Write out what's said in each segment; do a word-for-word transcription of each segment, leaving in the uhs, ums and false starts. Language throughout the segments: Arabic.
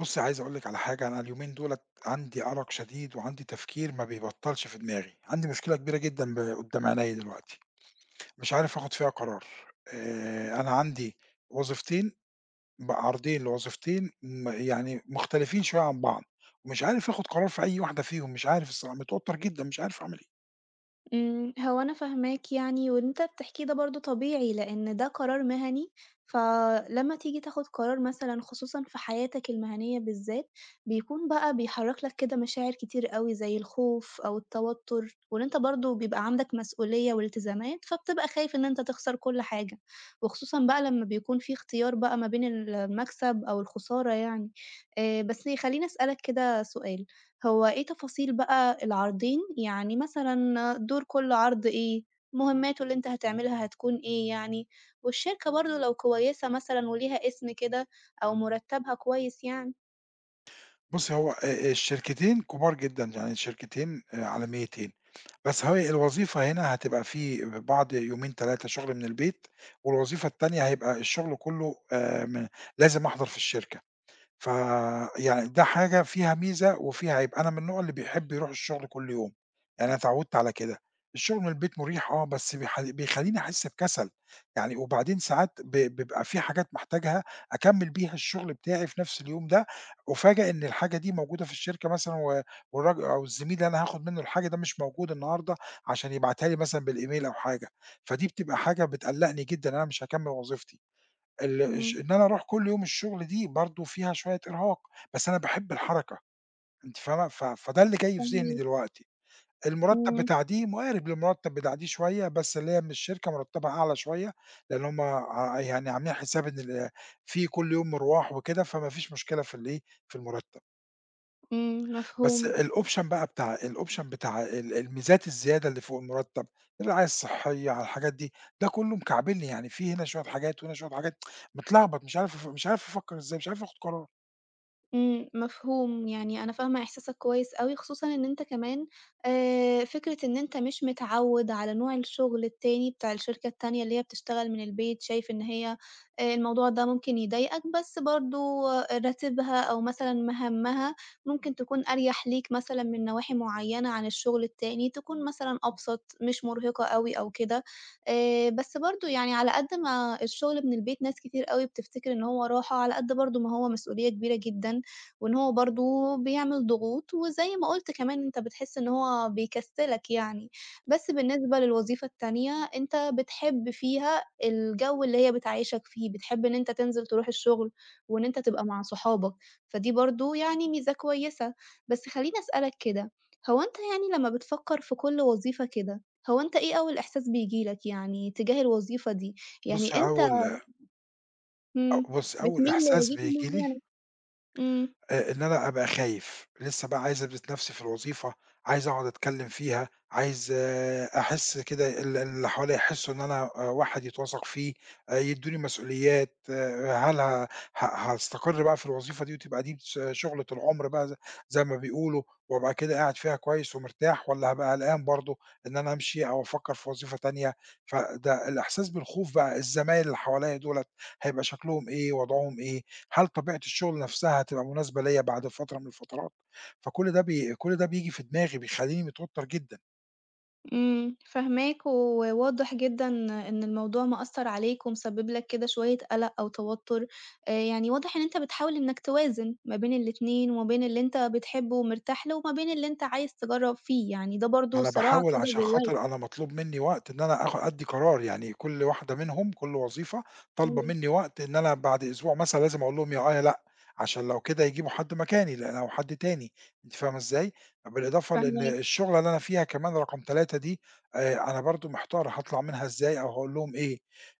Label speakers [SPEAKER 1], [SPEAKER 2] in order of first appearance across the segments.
[SPEAKER 1] بُصّي، عايز أقول لِك على حاجة، أنا اليومين دُولة عندي أرق شديد وعندي تفكير ما بيبطّلش في دماغي، عندي مشكلة كبيرة جدًا ب قدّام عينيّا دلوقتي، مش عارف آخُد فيها قرار. آآ أنا عندي وظيفتين ب عرضين لوظيفتين م يعني مختلفين شوية عن بعض، ومش عارف آخُد قرار في أي واحدة فيهم، مش عارف الصراحة متوتّر جدًا، مش عارف أعمل إيه.
[SPEAKER 2] إمم، هو أنا فاهماك يعني، واللي أنت بتحكيه ده برضه طبيعي، لإن ده قرار مهني، فلمّا تيجي تاخد قرار مثلًا خصوصًا في حياتك المهنية بالذات، بيكون بقى بيحرّك لك كده مشاعر كتير أوي زي الخوف أو التوتر، وإن أنت برضه بيبقى عندك مسؤولية والتزامات، فبتبقى خايف إن أنت تخسر كل حاجة، وخصوصًا بقى لمّا بيكون في اختيار بقى ما بين المكسب أو الخسارة يعني. آآ، بس خلّيني أسألك كده سؤال. هو إيه تفاصيل بقى العرضين؟ يعني مثلًا دور كل عرض إيه، مهمّاته اللي أنت هتعملها هتكون إيه يعني، والشركة برضه لو كويسة مثلًا وليها اسم كده أو مرتّبها كويس يعني.
[SPEAKER 1] بُصّي، هو آآ الشركتين كبار جدًا، يعني شركتين آآ عالميتين، بس هي الوظيفة هنا هتبقى في بعض يومين تلاتة شغل من البيت، والوظيفة التانية هيبقى الشغل كُلّه آآ م لازم أحضر في الشركة. ف يعني ده حاجة فيها ميزة وفيها عيب. أنا من النوع اللي بيحب يروح الشغل كل يوم، يعني أنا اتعودت على كده. الشغل من البيت مريح آه، بس بيح بيخلّيني أحس بكسل. يعني وبعدين ساعات ب بيبقى في حاجات محتاجها أكمّل بيها الشغل بتاعي في نفس اليوم ده، أُفاجأ إن الحاجة دي موجودة في الشركة مثلًا و والراجل أو الزميل اللي أنا هاخد منه الحاجة ده مش موجود النهارده عشان يبعتها لي مثلًا بالإيميل أو حاجة، فدي بتبقى حاجة بتقلّقني جدًا إن أنا مش هاكمّل وظيفتي. ال الش
[SPEAKER 2] إمم،
[SPEAKER 1] إن أنا أروح كل يوم الشغل دي برضه فيها شوية إرهاق، بس أنا باحب الحركة، أنتِ فاهمة؟ ف فده اللي جاي في ذهني
[SPEAKER 2] فاهماك.
[SPEAKER 1] دلوقتي. المرتب
[SPEAKER 2] إمم.
[SPEAKER 1] بتاع دي مقارب للمرتب بتاع دي شوية، بس اللي هي من الشركة مرتبها أعلى شوية، لإن هم ع يعني عاملين حساب إن ال في كل يوم مِرواح وكده، فما فيش مشكلة في الإيه، في المرتب.
[SPEAKER 2] إمم،
[SPEAKER 1] بس
[SPEAKER 2] مفهوم.
[SPEAKER 1] الoption بقى بتاع الoption بتاع ال الميزات الزيادة اللي فوق المرتب، الرعاية الصحية على الحاجات دي، ده كلّه مكعبلني، يعني في هنا شوية حاجات وهنا شوية حاجات. متلخبط مش عارف أف مش عارف أفكّر إزاي، مش عارف آخُد قرار.
[SPEAKER 2] إمم، مفهوم، يعني أنا فاهمة إحساسك كويس أوي، خصوصًا إن أنت كمان آآ، فكرة إن أنت مش متعوّد على نوع الشغل التاني بتاع الشركة التانية اللي هي بتشتغل من البيت، شايف إن هي آآ، الموضوع ده ممكن يضايقك، بس برضه راتبها أو مثلًا مهامها ممكن تكون أريح ليك مثلًا من نواحي معيّنة عن الشغل التاني، تكون مثلًا أبسط، مش مرهقة أوي أو كده. آآ، بس برضه يعني على قد ما الشغل من البيت ناس كتير أوي بتفتكر إن هو راحة، على قد برضه ما هو مسؤولية كبيرة جدًا. وإن هو برضه بيعمل ضغوط، وزي ما قُلت كمان أنت بتحس إن هو بيكسّلك يعني. بس بالنسبة للوظيفة التانية، أنت بتحب فيها الجو اللي هي بتعيّشك فيه، بتحب إن أنت تنزل تروح الشغل، وإن أنت تبقى مع صحابك، فدي برضه يعني ميزة كويسة. بس خلّيني أسألك كده، هو أنت يعني لمّا بتفكّر في كل وظيفة كده، هو أنت إيه أول إحساس بييجي لك يعني تجاه الوظيفة دي؟ يعني
[SPEAKER 1] بُصّي
[SPEAKER 2] أنت
[SPEAKER 1] أول أ
[SPEAKER 2] إمم،
[SPEAKER 1] بُصّي أول
[SPEAKER 2] بتميل
[SPEAKER 1] إحساس
[SPEAKER 2] لوظيفة
[SPEAKER 1] بييجي لي،
[SPEAKER 2] معيّنة، إمم.
[SPEAKER 1] آآ إن أنا أبقى خايف، لسه بقى عايز أثبت نَفْسي في الوظيفة، عايز أقعد أتكلّم فيها، عايز آه، أحس كده ال اللي حواليّا يحسّوا إن أنا آآ واحد يتوثق فيه، آآ يدّوني مسؤوليات. آه، هل ه ه هاستقر بقى في الوظيفة دي وتبقى دي ش شُغلة العُمر بقى ز زي ما بيقولوا وأبقى كده قاعد فيها كويس ومرتاح والّا هابقى قلقان برضه إن أنا أمشي أو أفكّر في وظيفة تانية. فده الإحساس بالخوف بقى، الزمايل اللي حواليّا دُولة هيبقى شكلهم إيه، وضعهم إيه؟ هل طبيعة الشغل نفسها هتبقى مناسبة ليّا بعد فترة من الفترات؟ فكل ده بي كل ده بييجي في دماغي، بيخلّيني متوتر جدًا.
[SPEAKER 2] إمم، فاهماك، وواضح جدًا إن الموضوع مأثّر عليك ومسبب لك كده شوية قلق أو توتر، آآ، يعني واضح إن أنت بتحاول إنك توازن ما بين الاتنين، وما بين اللي أنت بتحبه ومرتاح له، وما بين اللي أنت عايز تجرّب فيه، يعني ده
[SPEAKER 1] ما
[SPEAKER 2] برضه
[SPEAKER 1] أنا
[SPEAKER 2] صراع
[SPEAKER 1] باحاول
[SPEAKER 2] كده
[SPEAKER 1] عشان
[SPEAKER 2] جواك،
[SPEAKER 1] خاطر أنا مطلوب منّي وقت إن أنا آخ أدّي قرار، يعني كل واحدة منهم، كل وظيفة طالبة
[SPEAKER 2] إمم،
[SPEAKER 1] منّي وقت إن أنا بعد أسبوع مثلًا لازم أقول لهم يا آه يا لأ، عشان لو كده يجيبوا حد مكاني لأ أو حد تاني، أنتِ فاهمة إزاي؟ بالإضافة لإن
[SPEAKER 2] فاهماك.
[SPEAKER 1] الشُغلة اللي أنا فيها كمان رقم تلاتة دي، آآ، أنا برضه محتار هاطلع منها إزاي أو هاقول لهم إيه.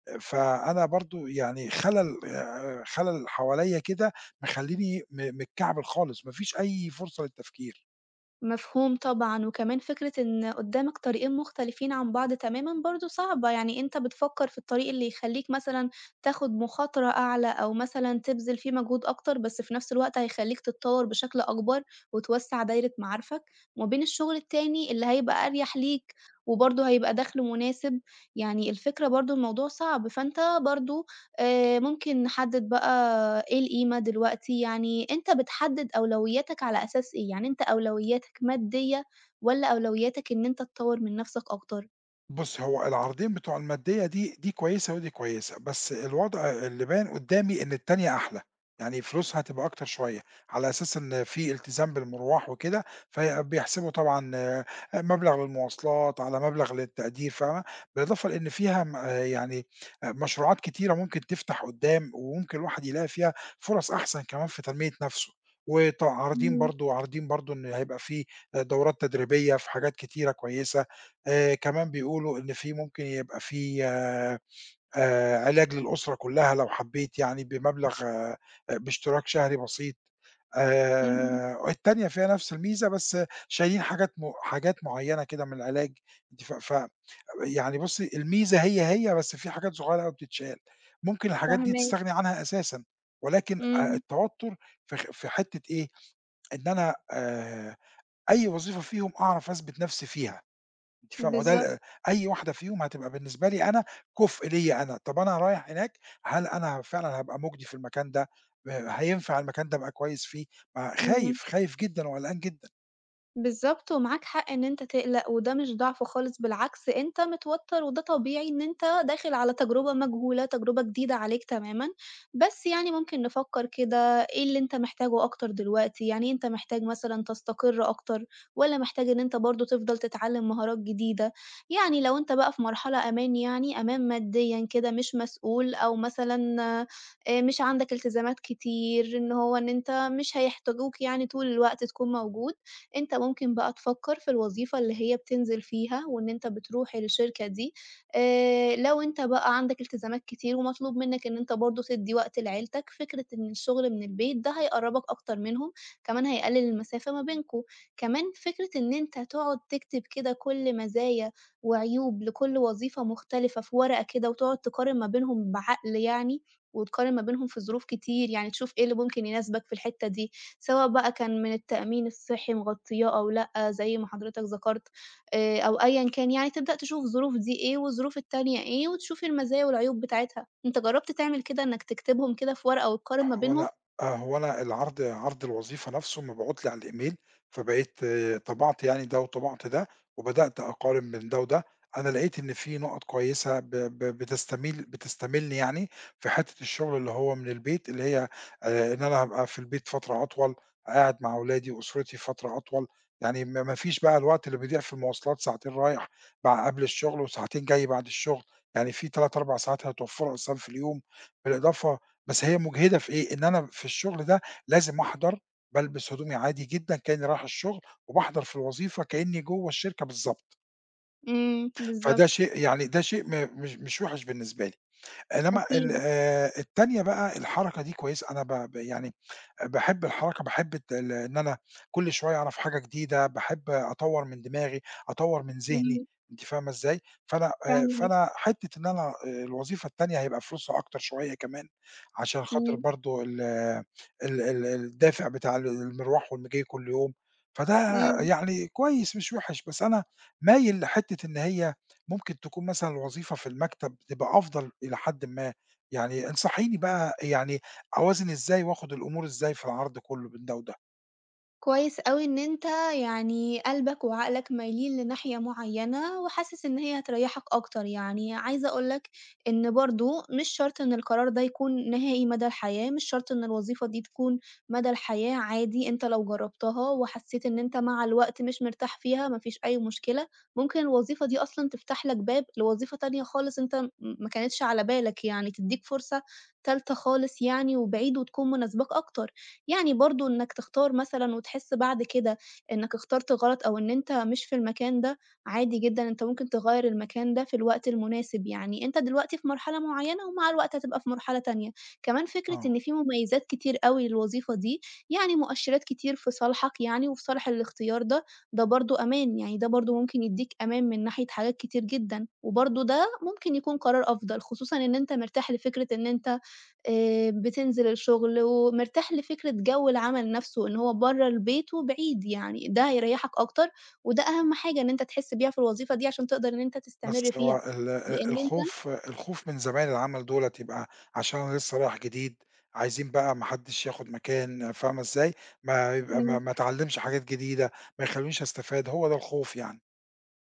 [SPEAKER 1] آه، فأنا برضه يعني خَلَل آآ، خَلَل حواليّا كده مخلّيني م متكعبل خالص، ما فيش أي فرصة للتفكير.
[SPEAKER 2] مفهوم طبعًا، وكمان فكرة إن قدّامك طريقين مختلفين عن بعض تمامًا برضه صعبة، يعني أنت بتفكّر في الطريق اللي يخلّيك مثلًا تاخد مخاطرة أعلى أو مثلًا تبذل فيه مجهود أكتر، بس في نفس الوقت هيخلّيك تتطوّر بشكل أكبر وتوسّع دايرة معارفك، وما بين الشغل التاني اللي هيبقى أريح ليك وبرضه هيبقى دخْل مناسب، يعني الفكرة برضه الموضوع صعب، فأنت برضه آآ ممكن نحدد بقى إيه القيمة دلوقتي، يعني أنت بتحدد أولوياتك على أساس إيه؟ يعني أنت أولوياتك مادية والّا أولوياتك إن أنت تطوّر من نفسك أكتر؟
[SPEAKER 1] بُص، هو العرضين بتوع المادية دي، دي كويسة ودي كويسة، بس الوضع اللي باين قدّامي إن التانية أحلى، يعني فلوسها هتبقى أكتر شوية، على أساس إن في التزام بالمروح وكده، فبيحسبوا طبعًا، آآ، مبلغ للمواصلات، على مبلغ للتقدير فاهمة. بالإضافة لإن فيها م آه، يعني آه، مشروعات كتيرة ممكن تفتح قدّام، وممكن الواحد يلاقي فيها فرص أحسن كمان في تنمية نفسه. وط عارضين
[SPEAKER 2] إمم.
[SPEAKER 1] برضه عارضين برضه إن هيبقى في دورات تدريبية في حاجات كتيرة كويسة. آآ كمان بيقولوا إن في ممكن يبقى في آآ علاج للأسرة كلّها لو حبّيت يعني بمبلغ آآ باشتراك شهري بسيط.
[SPEAKER 2] إمم،
[SPEAKER 1] آآ التانية فيها نفس الميزة بس شايلين حاجات م حاجات معيّنة كده من العلاج. أنتِ ف ف يعني بُصّي الميزة هي، هي بس في حاجات صغيّرة أوي بتتشال، ممكن الحاجات دي
[SPEAKER 2] فاهماك.
[SPEAKER 1] تستغني عنها أساسًا. ولكن آآ
[SPEAKER 2] إمم.
[SPEAKER 1] التوتر في خ في حتّة إيه، إن أنا آآ أي وظيفة فيهم أعرف أثبت نفسي فيها. أنتِ فاهمة؟ هو ده
[SPEAKER 2] بالضبط.
[SPEAKER 1] ال أي واحدة فيهم هتبقى بالنسبة لي أنا كُفء ليّا أنا. طَب أنا رايح هناك، هل أنا فعلًا هابقى مُجدي في المكان ده، آآ هينفع المكان ده أبقى كويس فيه؟ ما
[SPEAKER 2] إمم.
[SPEAKER 1] خايف، خايف جدًا وقلقان جدًا.
[SPEAKER 2] بالضبط، ومعاك حق إن أنت تقلق، وده مش ضعف خالص بالعكس أنت متوتر وده طبيعي إن أنت داخل على تجربة مجهولة، تجربة جديدة عليك تمامًا، بس يعني ممكن نفكّر كده إيه اللي أنت محتاجه أكتر دلوقتي، يعني إيه أنت محتاج مثلًا تستقر أكتر والّا محتاج إن أنت برضه تفضل تتعلّم مهارات جديدة؟ يعني لو أنت بقى في مرحلة أمان يعني أمان ماديًا كده مش مسؤول أو مثلًا آآ مش عندك التزامات كتير، إن هو إن أنت مش هيحتاجوك يعني طول الوقت تكون موجود. أنت ممكن بقى تفكّر في الوظيفة اللي هي بتنزل فيها وإن أنت بتروح الشركة دي، آآ لو أنت بقى عندك التزامات كتير ومطلوب منّك إن أنت برضه تدّي وقت لعيلتك، فكرة إن الشغل من البيت ده هيقرّبك أكتر منهم، كمان هيقلل المسافة ما بينكم. كمان فكرة إن أنت تقعد تكتب كده كل مزايا وعيوب لكل وظيفة مختلفة في ورقة كده وتقعد تقارن ما بينهم بعقل يعني، وتقارن ما بينهم في ظروف كتير، يعني تشوف إيه اللي ممكن يناسبك في الحتّة دي. سواء بقى كان من التأمين الصحّي مغطّياه أو لأ، زي ما حضرتك ذكرت آآ، أو أيًا كان يعني تبدأ تشوف الظروف دي إيه والظروف التانية إيه، وتشوف المزايا والعيوب بتاعتها. أنت جرّبت تعمل كده إنّك تكتبهم كده في ورقة وتقارن ما
[SPEAKER 1] هو
[SPEAKER 2] بينهم؟
[SPEAKER 1] أنا آه، هو أنا العرض عرض الوظيفة نفسه مبعوت لي على الإيميل، فبقيت آه، طبعت يعني ده وطبعت ده، وبدأت أقارن بين ده وده. أنا لقيت إن في نُقَط كويسة ب ب بتستميل بتستميلني يعني في حتّة الشغل اللي هو من البيت، اللي هي آآ إن أنا هابقى في البيت فترة أطول، قاعد مع ولادي وأسرتي فترة أطول، يعني ما ما فيش بقى الوقت اللي بيضيع في المواصلات ساعتين رايح بع قبل الشغل وساعتين جاي بعد الشغل، يعني في تلاتة، اربعة ساعات هيتوفروا أصلًا في اليوم. بالإضافة بس هي مُجهدة في إيه، إن أنا في الشغل ده لازم أحضر، بالبس هدومي عادي جدًا كإنّي رايح الشغل، وباحضر في الوظيفة كإنّي جوّه الشركة بالضبط.
[SPEAKER 2] إمم،
[SPEAKER 1] فده
[SPEAKER 2] بالضبط،
[SPEAKER 1] شيء، يعني ده شيء م مش مش وِحِش بالنسبة لي. إنّما ال
[SPEAKER 2] أكيد،
[SPEAKER 1] آآ التانية بقى الحركة دي كويسة، أنا ب ب يعني باحب الحركة، باحب الت ال إن أنا كل شوية أعرف حاجة جديدة، باحب أطوّر من دماغي، أطوّر من ذهني،
[SPEAKER 2] إمم،
[SPEAKER 1] أنتِ فاهمة إزاي؟ فأنا آآ،
[SPEAKER 2] فاهماك،
[SPEAKER 1] فأنا حتّة إن أنا آآ، الوظيفة التانية هيبقى فلوسها أكتر شوية كمان، عشان خاطر
[SPEAKER 2] إمم،
[SPEAKER 1] برضه ال ال ال الدافع بتاع ال المروح والمجي كل يوم، فده
[SPEAKER 2] إمم.
[SPEAKER 1] يعني كويس مش وِحِش. بس أنا مايل لحتّة إن هي ممكن تكون مثلًا الوظيفة في المكتب تبقى أفضل إلى حدٍ ما، يعني انصحيني بقى يعني أوازن إزاي وآخد الأمور إزاي في العرض كلّه بين ده وده.
[SPEAKER 2] كويس أوي إن أنت يعني قلبك وعقلك مايلين لناحية معيّنة وحاسس إن هي هتريّحك أكتر، يعني عايزة أقول لك إن برضه مش شرط إن القرار ده يكون نهائي مدى الحياة، مش شرط إن الوظيفة دي تكون مدى الحياة، عادي أنت لو جرّبتها وحسيت إن أنت مع الوقت مش مرتاح فيها ما فيش أي مشكلة، ممكن الوظيفة دي أصلًا تفتح لك باب لوظيفة تانية خالص أنت م ما كانتش على بالك يعني، تدّيك فرصة تالتة خالص يعني وبعيد وتكون مناسباك أكتر. يعني برضه إنك تختار مثلًا وتحس بعد كده إنك اخترت غلط أو إن أنت مش في المكان ده، عادي جدًا أنت ممكن تغيّر المكان ده في الوقت المناسب، يعني أنت دلوقتي في مرحلة معيّنة ومع الوقت هتبقى في مرحلة تانية. كمان فكرة
[SPEAKER 1] آه،
[SPEAKER 2] إن في مميزات كتير أوي للوظيفة دي، يعني مؤشرات كتير في صالحك يعني وفي صالح الاختيار ده، ده برضه أمان، يعني ده برضه ممكن يدّيك أمان من ناحية حاجات كتير جدًا، وبرضه ده ممكن يكون قرار أفضل، خصوصًا إن أنت مرتاح لفكرة إن أنت آآ بتنزل الشغل ومرتاح لفكرة جو العمل نفسه، إن هو برّه البيت وبعيد يعني، ده هيريّحك أكتر، وده أهم حاجة إن أنت تحس بيها في الوظيفة دي عشان تقدر إن أنت تستمر
[SPEAKER 1] بس هو
[SPEAKER 2] فيها،
[SPEAKER 1] ال آآ
[SPEAKER 2] لإن أنت
[SPEAKER 1] الخوف الخوف من زمايل العمل دُولة يبقى عشان أنا لسه رايح جديد، عايزين بقى ما حدّش ياخد مكان، فاهمة إزاي؟ ما يبقى
[SPEAKER 2] إمم.
[SPEAKER 1] ما ما اتعلّمش حاجات جديدة، ما يخلّونيش أستفاد، هو ده الخوف يعني.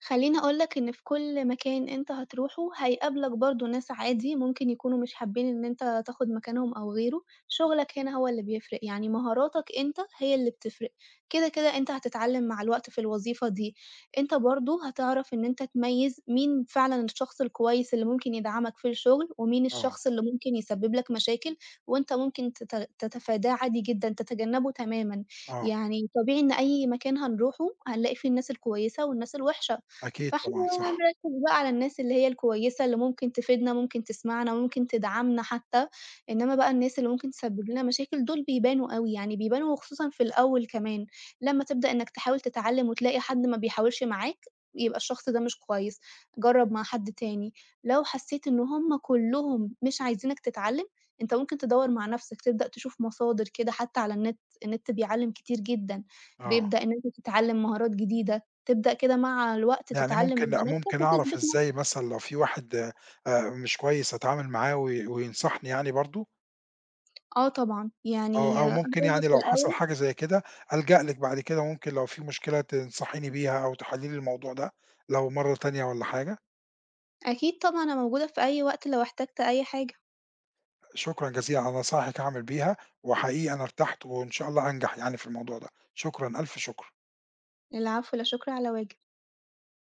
[SPEAKER 2] خلّيني أقول لك إن في كل مكان أنت هتروحه هيقابلك برضه ناس عادي ممكن يكونوا مش حابين إن أنت تاخد مكانهم أو غيره، شغلك هنا هو اللي بيفرق، يعني مهاراتك أنت هي اللي بتفرق، كده، كده أنت هتتعلّم مع الوقت في الوظيفة دي، أنت برضه هتعرف إن أنت تميّز مين فعلًا الشخص الكويس اللي ممكن يدعمك في الشغل، ومين
[SPEAKER 1] آه،
[SPEAKER 2] الشخص اللي ممكن يسبب لك مشاكل، وأنت ممكن تت تتفاداه عادي جدًا، تتجنبه تمامًا،
[SPEAKER 1] آه،
[SPEAKER 2] يعني طبيعي إن أي مكان هنروحه هنلاقي فيه الناس الكويسة والناس الوحشة.
[SPEAKER 1] أكيد
[SPEAKER 2] فإحنا
[SPEAKER 1] طبعًا
[SPEAKER 2] بقى
[SPEAKER 1] صح.
[SPEAKER 2] نركّز بقى على الناس اللي هي الكويسة، اللي ممكن تفيدنا، ممكن تسمعنا، ممكن تدعمنا حتى، إنّما بقى الناس اللي ممكن تسبب لنا مشاكل دول بيبانوا أوي، يعني بيبانوا وخصوصًا في الأول كمان، لمّا تبدأ إنّك تحاول تتعلّم وتلاقي حد ما بيحاولش معاك، يبقى الشخص ده مش كويس، جرّب مع حد تاني، لو حسّيت إن هم كلّهم مش عايزينك تتعلّم، أنت ممكن تدوّر مع نَفْسك، تبدأ تشوف مصادر كده حتى على النت، النت بيعلّم كتير جدًا،
[SPEAKER 1] آه،
[SPEAKER 2] بيبدأ إن أنت تتعلّم مهارات جديدة. تبدأ كده مع الوقت
[SPEAKER 1] يعني
[SPEAKER 2] تتعلّم مع
[SPEAKER 1] ممكن
[SPEAKER 2] نَفْسك
[SPEAKER 1] ممكن أعرف
[SPEAKER 2] وتثبت
[SPEAKER 1] إزاي
[SPEAKER 2] نَفْسك.
[SPEAKER 1] مثلًا لو في واحد آآ مش كويس أتعامل معاه وي وينصحني يعني برضه؟
[SPEAKER 2] آه طبعًا،
[SPEAKER 1] أو
[SPEAKER 2] يعني
[SPEAKER 1] أو ممكن
[SPEAKER 2] هو
[SPEAKER 1] يعني
[SPEAKER 2] في
[SPEAKER 1] لو حصل
[SPEAKER 2] الأول
[SPEAKER 1] حاجة زي كده، ألجأ لِك بعد كده، ممكن لو في مشكلة تنصحيني بيها أو تحلّي لي الموضوع ده، لو مرّة تانية والّا حاجة.
[SPEAKER 2] أكيد طبعًا أنا موجودة في أي وقت لو احتجت أي حاجة.
[SPEAKER 1] شكرًا جزيلًا على نصايحِك هاعمل بيها، وحقيقي أنا ارتحت وإن شاء الله هانجح يعني في الموضوع ده. شكرًا، ألف شكر.
[SPEAKER 2] العفو، لا شكر على واجب.